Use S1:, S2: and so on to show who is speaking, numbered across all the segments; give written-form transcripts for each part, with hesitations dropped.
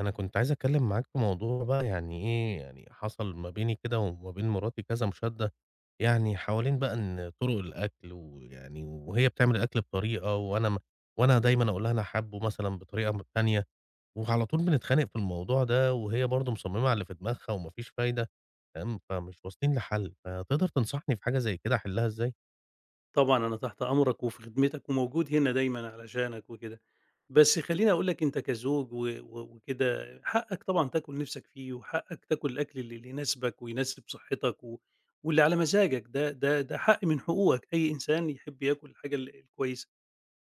S1: أنا كنت عايز أتكلم معاك في موضوع بقى يعني إيه، يعني حصل ما بيني كده وما بين مراتي كذا مشادة، يعني حوالين بقى إن طرق الأكل ويعني وهي بتعمل الأكل بطريقة وأنا دايمًا أقول لها أنا حابّه مثلًا بطريقة تانية، وعلى طول بنتخانق في الموضوع ده، وهي برضه مصممة على اللي في دماغها وما فيش فايدة، تمام، فمش واصلين لحل، فتقدر تنصحني في حاجة زي كده أحلها إزاي؟
S2: طبعًا أنا تحت أمرك وفي خدمتك وموجود هنا دايمًا علشانك وكده. بس خلّيني أقول لك أنت كزوج و و وكده حقّك طبعًا تاكل نِفْسك فيه وحقّك تاكل الأكل اللي يناسبك ويناسب صحّتك واللي على مزاجك، ده حق من حقوقك، أي إنسان يحب ياكل الحاجة الكويسة.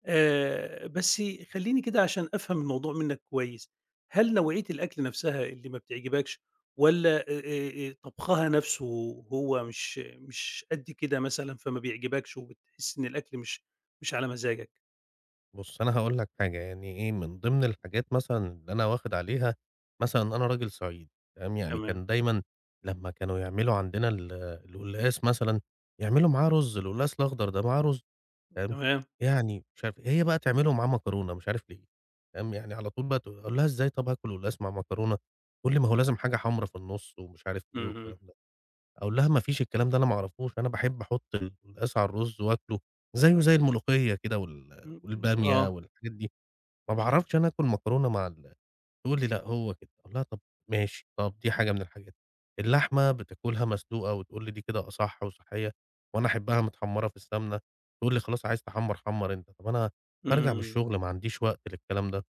S2: بس خلّيني كده عشان أفهم الموضوع منّك كويس، هل نوعية الأكل نفْسها اللي ما بتعجبكش والّا طبخها نفْسه هو مش قد كده مثلًا فما بيعجبكش وبتحس إن الأكل مش على مزاجك؟
S1: بُص، أنا هاقول لك حاجة، يعني إيه، من ضمن الحاجات مثلًا اللي أنا واخد عليها مثلًا أنا راجل صعيدي تمام، يعني
S2: تمام،
S1: كان دايمًا لمّا كانوا يعملوا عندنا القلقاس مثلًا، يعملوا معاه رُز، القلقاس الأخضر ده معاه رُز تمام،
S2: تمام،
S1: يعني مش عارف إيه، هي بقى تعمله معاه مكرونة مش عارف ليه، تمام، يعني على طول بقى تقول أقول لها: "إزاي طب هاكل قلقاس مع مكرونة؟" تقول لي: "ما هو لازم حاجة حمرا في النُص" ومش عارف إيه
S2: اهم،
S1: والكلام ده. أقول لها: "ما فيش الكلام ده أنا ما أعرفوش، أنا باحب أحط القلقاس على الرز وآكله زيه زي الملوخية كده والبامية
S2: آه،
S1: والحاجات دي، ما باعرفش أنا آكل مكرونة مع ال" تقول لي: "لأ هو كده." أقول لها: "طب ماشي، طب دي حاجة من الحاجات." اللحمة بتاكلها مسلوقة وتقول لي: "دي كده أصح وصحية." وأنا أحبها متحمرة في السمنة، تقول لي: "خلاص عايز تحمّر حمّر أنت." طب أنا بارجع من
S2: امم،
S1: الشغل ما عنديش وقت للكلام ده.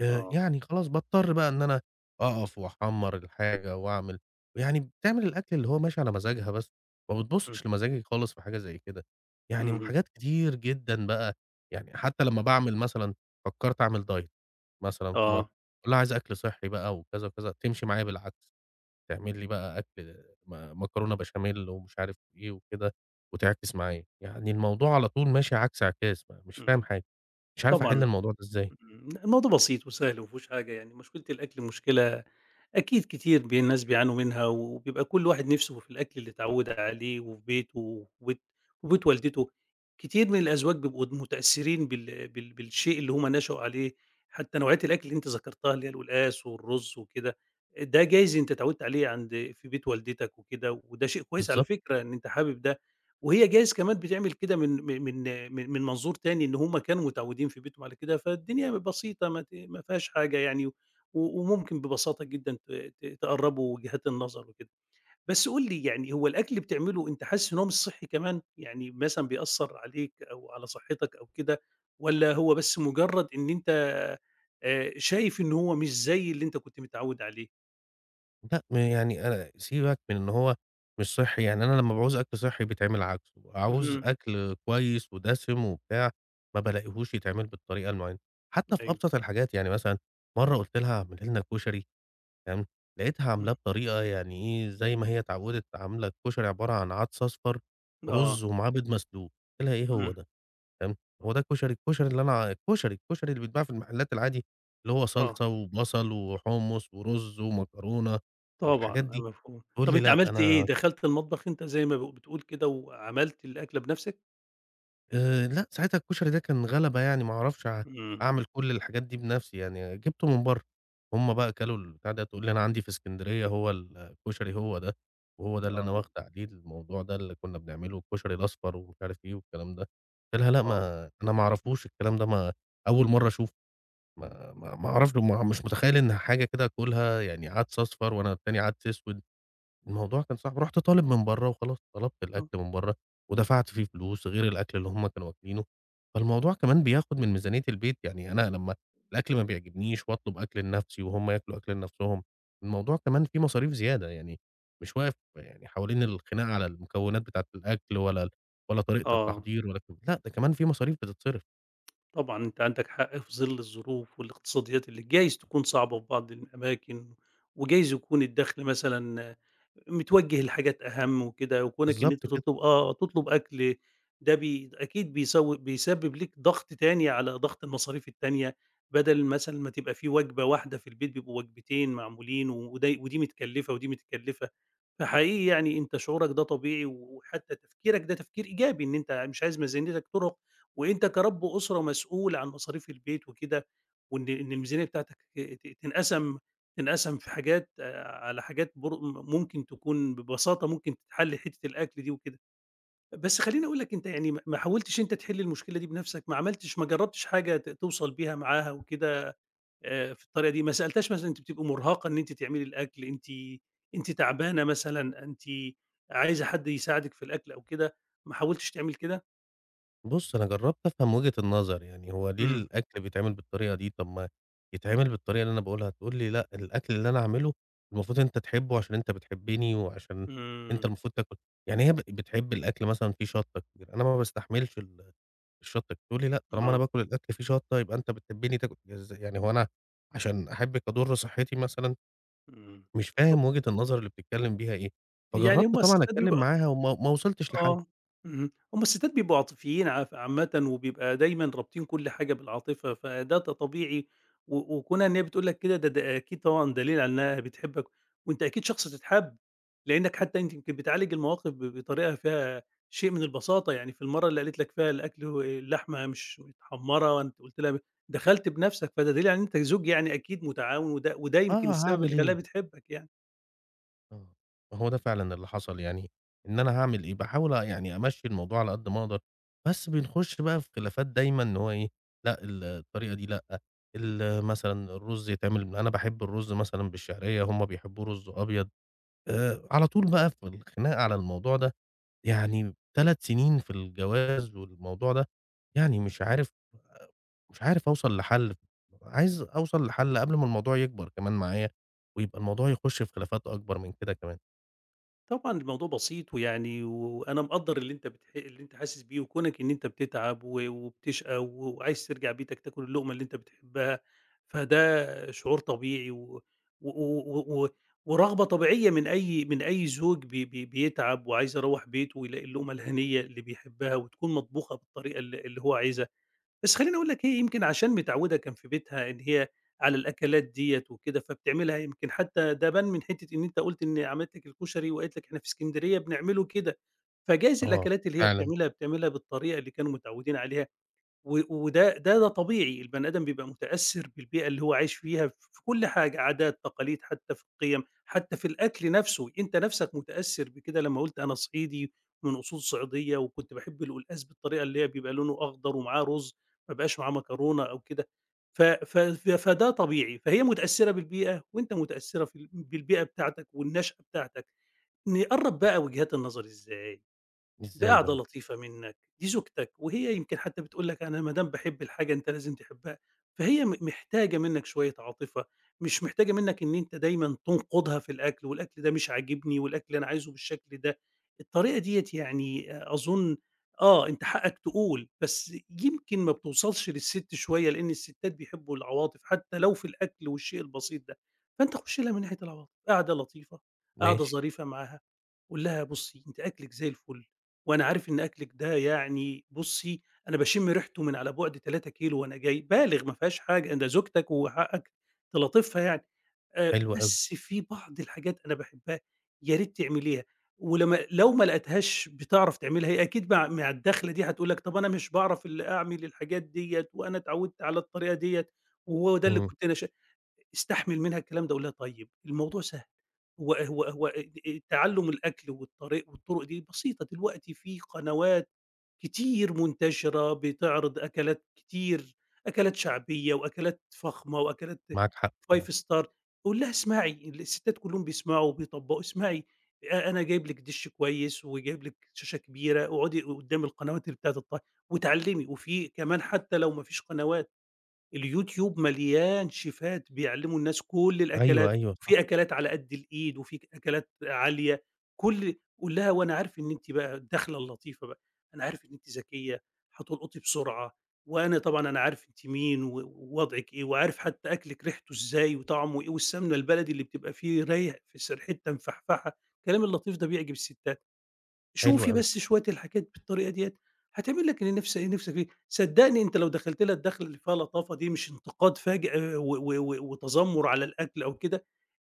S2: آه،
S1: يعني خلاص باضطر بقى إن أنا أقف وأحمّر الحاجة وأعمل يعني بتعمل الأكل اللي هو ماشي على مزاجها بس، ما
S2: امم،
S1: بتبُصّش لمزاجي خالص في حاجة زي كده، يعني
S2: اهم،
S1: وحاجات كتير جدًا بقى، يعني حتى لمّا باعمل مثلًا فكّرت أعمل diet مثلًا في مرّة،
S2: آه،
S1: أقول لها عايز أكل صحّي بقى وكذا، وكذا، تمشي معايا بالعكس، تعمل لي بقى أكل مكرونة بشاميل ومش عارف إيه وكده، وتعكس معايا، يعني الموضوع على طول ماشي عكس عكاس، ما مش فاهم
S2: امم،
S1: حاجة، مش عارف أحل
S2: طبعًا.
S1: الموضوع ده إزاي؟
S2: إمم، لأ الموضوع بسيط وسهل وما فيهوش حاجة يعني، مشكلة الأكل مشكلة أكيد كتير الناس بيعانوا منها، وبيبقى كل واحد نِفْسه في الأكل اللي اتعوّد عليه وفي بيته وفي بيت والدته، كتير من الأزواج بيبقوا متأثّرين بالشيء اللي هُم نشأوا عليه، حتى نوعية الأكل اللي أنتِ ذكرتها اللي هي القلقاس والرُز وكده، ده جايز أنت اتعوّدت عليه عند في بيت والدتك وكده، وده شيء كويس على
S1: بالضبط.
S2: فكرة إن أنت حابب ده، وهي جايز كمان بتعمل كده من منظور تاني إن هم كانوا متعودين في بيتهم على كده، فالدنيا بسيطة ما فيهاش حاجة يعني، و وممكن ببساطة جدًا ت ت تقرّبوا وجهات النظر وكده. بس قُل لي يعني هو الأكل اللي بتعمله أنت حاسس إن هو مش صحّي كمان؟ يعني مثلًا بيأثّر عليك أو على صحتك أو كده، والّا هو بس مجرّد إن أنت شايف إن هو مش زي اللي أنت كنت متعوّد عليه؟
S1: لأ، ما يعني أنا سيبك من إن هو مش صحّي، يعني أنا لمّا باعوز أكل صحّي بيتعمل عكسه، أعوز
S2: اهم،
S1: أكل كويس ودسم وبتاع، ما بالاقيهوش يتعمل بالطريقة المعينة، حتى في
S2: أيوه،
S1: أبسط الحاجات، يعني مثلًا مرّة قُلت لها اعملي لنا كشري تمام، لقيتها عاملاه
S2: إمم،
S1: بطريقة يعني إيه، زي ما هي اتعوّدت عاملة الكشري عبارة عن عدس أصفر
S2: آه،
S1: ورُز ومعاه بيض مسلوق، قُلت لها إيه هو
S2: إمم،
S1: ده؟ تمام،
S2: آه،
S1: هو ده الكشري، الكشري اللي أنا الكشري، الكشري اللي بيتباع في المحلات العادي، اللي هو
S2: آه.
S1: صلصة وبصل وحمص ورز ومكرونة
S2: طبعًا،
S1: والحاجات
S2: آه،
S1: دي،
S2: مفهوم.
S1: تقول
S2: طَب
S1: لي
S2: أنت
S1: لأ
S2: عملت إيه،
S1: أنا
S2: دخلت المطبخ أنت زي ما بتقول كده وعملت الأكلة بنَفْسك؟
S1: لأ ساعتها الكشري ده كان غلبة يعني ما أعرفش
S2: إمم،
S1: أعمل كل الحاجات دي بنفسي يعني، جِبته من برّه، هُم بقى كلوا البتاع ده، تقول لي أنا عندي في إسكندرية هو الكشري هو ده، وهو ده اللي أنا
S2: آه،
S1: واخدة عليه الموضوع ده اللي كنا بنعمله الكشري الأصفر ومش عارف إيه والكلام ده، قُلت لها: "لأ
S2: آه.
S1: ما أنا ما أعرفوش الكلام ده ما أول مرّة أشوفه." ما أعرفش ما مش متخيّل إن حاجة كده آكلها يعني عدس أصفر وأنا التاني عدس أسود، الموضوع كان صعب، رُحت طالب من برّه وخلاص، طلبت الأكل من برّه ودفعت فيه فلوس غير الأكل اللي هم كانوا واكلينه، فالموضوع كمان بياخد من ميزانية البيت، يعني أنا لمّا الأكل ما بيعجبنيش وأطلب أكل لنفسي وهم ياكلوا أكل لنفسهم، الموضوع كمان فيه مصاريف زيادة، يعني مش واقف يعني حوالين الخناقة على المكونات بتاعة الأكل ولا ولا طريقة
S2: آه.
S1: التحضير ولا الكلام لأ، ده كمان فيه مصاريف بتتصرف.
S2: طبعًا أنت عندك حق في ظل الظروف والاقتصاديات اللي جايز تكون صعبة في بعض الأماكن، وجايز يكون الدخل مثلًا متوجه لحاجات أهم وكده، وكونك إن أنت
S1: بالضبط كده.
S2: تطلب تطلب أكل ده أكيد بيسبب ليك ضغط تاني على ضغط المصاريف التانية، بدل مثلًا ما تبقى في وجبة واحدة في البيت بيبقوا وجبتين معمولين وده ودي متكلفة ودي متكلفة، فحقيقي يعني أنت شعورك ده طبيعي وحتى تفكيرك ده تفكير إيجابي إن أنت مش عايز ميزانيتك ترهق وأنت كرَب أسرة مسؤول عن مصاريف البيت وكده، وإن الميزانية بتاعتك ت تنقسم تنقسم في حاجات على حاجات ممكن تكون ببساطة ممكن تتحل حتّة الأكل دي وكده. بس خلّيني أقول لك أنت يعني ما حاولتش أنت تحل المشكلة دي بنفسك، ما عملتش ما جرّبتش حاجة توصل بيها معاها وكده في الطريقة دي؟ ما سألتهاش مثلًا أنتِ بتبقي مرهقة إن أنتِ تعملي الأكل، أنتِ تعبانة مثلًا، أنتِ عايزة حد يساعدِك في الأكل أو كده، ما حاولتش تعمل كده؟
S1: بُص، أنا جرّبت أفهم وجهة النظر، يعني هو ليه
S2: إمم،
S1: الأكل بيتعمل بالطريقة دي، طب ما يتعمل بالطريقة اللي أنا باقولها، تقول لي لأ، الأكل اللي أنا أعمله المفروض أنت تحبه عشان أنت بتحبني وعشان أنت
S2: إمم،
S1: المفروض تاكل يعني هي بتحب الأكل مثلًا فيه شطة كتير، أنا ما باستحملش الشطة، تقول لي لأ، طالما أنا
S2: آه.
S1: باكل الأكل فيه شطة يبقى أنت بتحبني تاكل إز يعني هو أنا عشان أحبِّك أضُر صحتي مثلًا؟
S2: إمم.
S1: مش
S2: ه
S1: فاهم وجهة النظر اللي بتتكلم بيها إيه،
S2: يعني
S1: فجرّبت
S2: هم
S1: طبعًا
S2: الستات
S1: أتكلم
S2: بيبقى
S1: معاها وما ما وصلتش لحل،
S2: آه. اهم. هم الستات بيبقوا عاطفيين عامةً وبيبقى دايمًا رابطين كل حاجة بالعاطفة، فده طبيعي وكونها إن هي بتقول لك كده ده أكيد طبعًا دليل على إنها بتحبك وأنت أكيد شخص تتحب، لإنك حتى أنتِ يمكن بتعالج المواقف بطريقة فيها شيء من البساطة، يعني في المَرّة اللي قالت لك فيها الأكل و اللحمة مش متحمّرة وأنتِ قُلت لها دخلت بنَفْسك، فده دليل على إن أنت زوج يعني أكيد متعاون وده وده يمكن
S1: آه،
S2: السبب
S1: هاعمل
S2: اللي خلاها
S1: إيه؟
S2: بتحبك يعني.
S1: آه، ما هو ده فعلًا اللي حصل يعني، إن أنا هاعمل إيه، باحاول يعني أمشّي الموضوع على قد ما أقدر، بس بنخش بقى في خلافات دايمًا إن هو إيه، لأ الطريقة دي لأ، مثلًا الرز يتعمل أنا باحب الرز مثلًا بالشعرية، هُم بيحبوه رز أبيض، على طول بقى في الخناقة على الموضوع ده، يعني 3 سنين في الجواز والموضوع ده، يعني مش عارف أوصل لحل، عايز أوصل لحل قبل ما الموضوع يكبر كمان معايا، ويبقى الموضوع يخش في خلافات أكبر من كده كمان.
S2: طبعًا الموضوع بسيط ويعني وأنا مقدّر اللي أنت حاسس بيه، وكونك إن أنت بتتعب وبتشقى و وعايز ترجع بيتك تاكل اللقمة اللي أنت بتحبها، فده شعور طبيعي و و و و ورغبة طبيعية من أي من أي زوج بي بي بيتعب وعايز يروّح بيته ويلاقي اللقمة الهنية اللي بيحبها وتكون مطبوخة بالطريقة اللي هو عايزها. بس خلّيني أقول لك هي يمكن عشان متعوّدة كان في بيتها إن هي على الأكلات ديّة وكده، فبتعملها يمكن حتى ده بان من حتّة إن أنت قُلت إن عملت لك الكشري وقالت لك إحنا في إسكندرية بنعمله كده، فجايز
S1: آه،
S2: الأكلات اللي هي
S1: فعلًا،
S2: بتعملها، بتعملها بالطريقة اللي كانوا متعوّدين عليها. و وده ده ده طبيعي، البني آدم بيبقى متأثّر بالبيئة اللي هو عايش فيها في كل حاجة، عادات، تقاليد، حتى في القِيَم، حتى في الأكل نَفْسه، أنت نَفْسك متأثّر بكده لمّا قُلت أنا صعيدي من أصول صعيدية وكنت باحب القلقاس بالطريقة اللي هي بيبقى لونه أخضر ومعاه رُز، ما بيبقاش معاه مكرونة أو كده، ف ف ف فده طبيعي، فهي متأثّرة بالبيئة وأنت متأثّرة في ال بالبيئة بتاعتك والنشأة بتاعتك، نقرّب بقى وجهات النظر إزاي؟
S1: إزاي
S2: بقعدة
S1: بقى؟
S2: لطيفة منّك، دي زوجتك وهي يمكن حتى بتقول لك أنا ما دام باحب الحاجة أنت لازم تحبها، فهي محتاجة منّك شوية عاطفة، مش محتاجة منّك إن أنت دايمًا تنقدها في الأكل والأكل ده مش عاجبني والأكل أنا عايزه بالشكل ده، الطريقة ديّة يعني أظن أنت حقك تقول، بس يمكن ما بتوصلش للسِت شوية لإن الستات بيحبوا العواطف حتى لو في الأكل والشيء البسيط ده، فأنت خُش لها من ناحية العواطف، قعدة لطيفة، قعدة
S1: ماشي،
S2: ظريفة معاها، قُل لها بُصّي أنتِ أكلِك زي الفل. وأنا عارف إن أكلِك ده يعني بُصّي، أنا باشم ريحته من على بُعد 3 كيلو وأنا جاي، بالغ ما فيهاش حاجة، ده زوجتك وحقك تلاطفها يعني،
S1: حلو أوي،
S2: بس في بعض الحاجات أنا باحبها يا ريت تعمليها، ولما لو ما لقيتهاش بتعرف تعملها، هي أكيد مع الداخلة دي هتقول لك طَب أنا مش باعرف ال أعمل الحاجات ديّة وأنا اتعوّدت على الطريقة ديّة وهو ده اللي
S1: إمم،
S2: كنت أنا استحمل منها الكلام ده، أقول لها طيب الموضوع سهل، هو هو هو تعلُّم الأكل والطريق والطُرُق دي بسيطة، دلوقتي في قنوات كتير منتشرة بتعرض أكلات كتير، أكلات شعبية وأكلات فخمة وأكلات
S1: معاك حق فعلًا،
S2: 5 star قُل لها اسمعي، الستات كلّهم بيسمعوا وبيطبّقوا، اسمعي أنا جايب لِك دِش كويس وجايب لِك شاشة كبيرة، اقعدي قدّام القنوات اللي بتاعة الط واتعلّمي، وفي كمان حتى لو ما فيش قنوات اليوتيوب مليان شيفات بيعلّموا الناس كل
S1: أيوه،
S2: الأكلات،
S1: أيوه صح،
S2: في أكلات على قد الإيد، وفي أكلات عالية، كل قُل لها وأنا عارف إن أنتِ بقى الدخلة اللطيفة بقى، أنا عارف إن أنتِ ذكية، هتلقطي بسرعة، وأنا طبعًا أنا عارف أنتِ مين ووضعِك إيه، وعارف حتى أكلِك ريحته إزاي وطعمه إيه، والسمنة البلدي اللي بتبقى فيه رايح في ريح في س ريحتها مفحفحة، الكلام اللطيف ده بيعجب الستّات.
S1: حلو
S2: شوفي
S1: أوي،
S2: بس شوية الحاجات بالطريقة ديّة، هتعمل لك اللي نفسك فيه، صدّقني أنت لو دخلت لها الدخلة اللي فيها لطافة دي مش انتقاد فاجئ آه، و و و وتذمُّر على الأكل أو كده،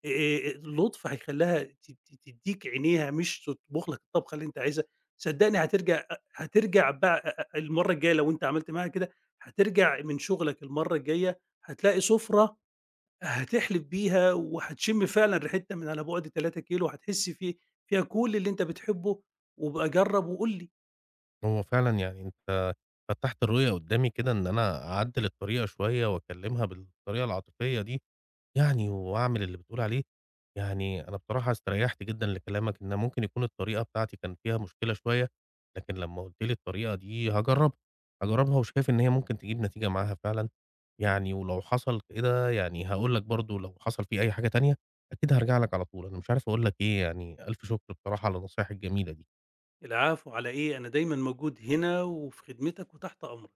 S2: اللطف هيخلّيها ت ت تدّيك عينيها مش تطبخ لك الطبخة اللي أنت عايزها، صدّقني هترجع بقى المَرّة الجاية لو أنت عملت معاها كده، هترجع من شغلك المَرّة الجاية هتلاقي سُفرة هتحلِف بيها وهتشمّي فعلًا ريحتها من على بُعد 3 كيلو وهتحسّي في فيها كل اللي أنت بتحبّه، وابقى جرّب وقُل لي.
S1: هو فعلًا يعني أنت فتّحت الرؤية قدّامي كده إن أنا أعدّل الطريقة شوية وأكلّمها بالطريقة العاطفية دي، يعني وأعمل اللي بتقول عليه، يعني أنا بصراحة استريّحت جدًا لكلامك إن ممكن يكون الطريقة بتاعتي كان فيها مشكلة شوية، لكن لمّا قُلت لي الطريقة دي هاجرّبها، هاجرّبها وشايف إن هي ممكن تجيب نتيجة معاها فعلًا، يعني ولو حصل كده يعني هاقول لك برضه لو حصل في أي حاجة تانية، أكيد هارجع لك على طول، أنا مش عارف أقول لك إيه يعني ألف شكر بصراحة على نصايحك الجميلة دي.
S2: العفو على إيه، أنا دايمًا موجود هنا وفي خدمتك وتحت أمرك.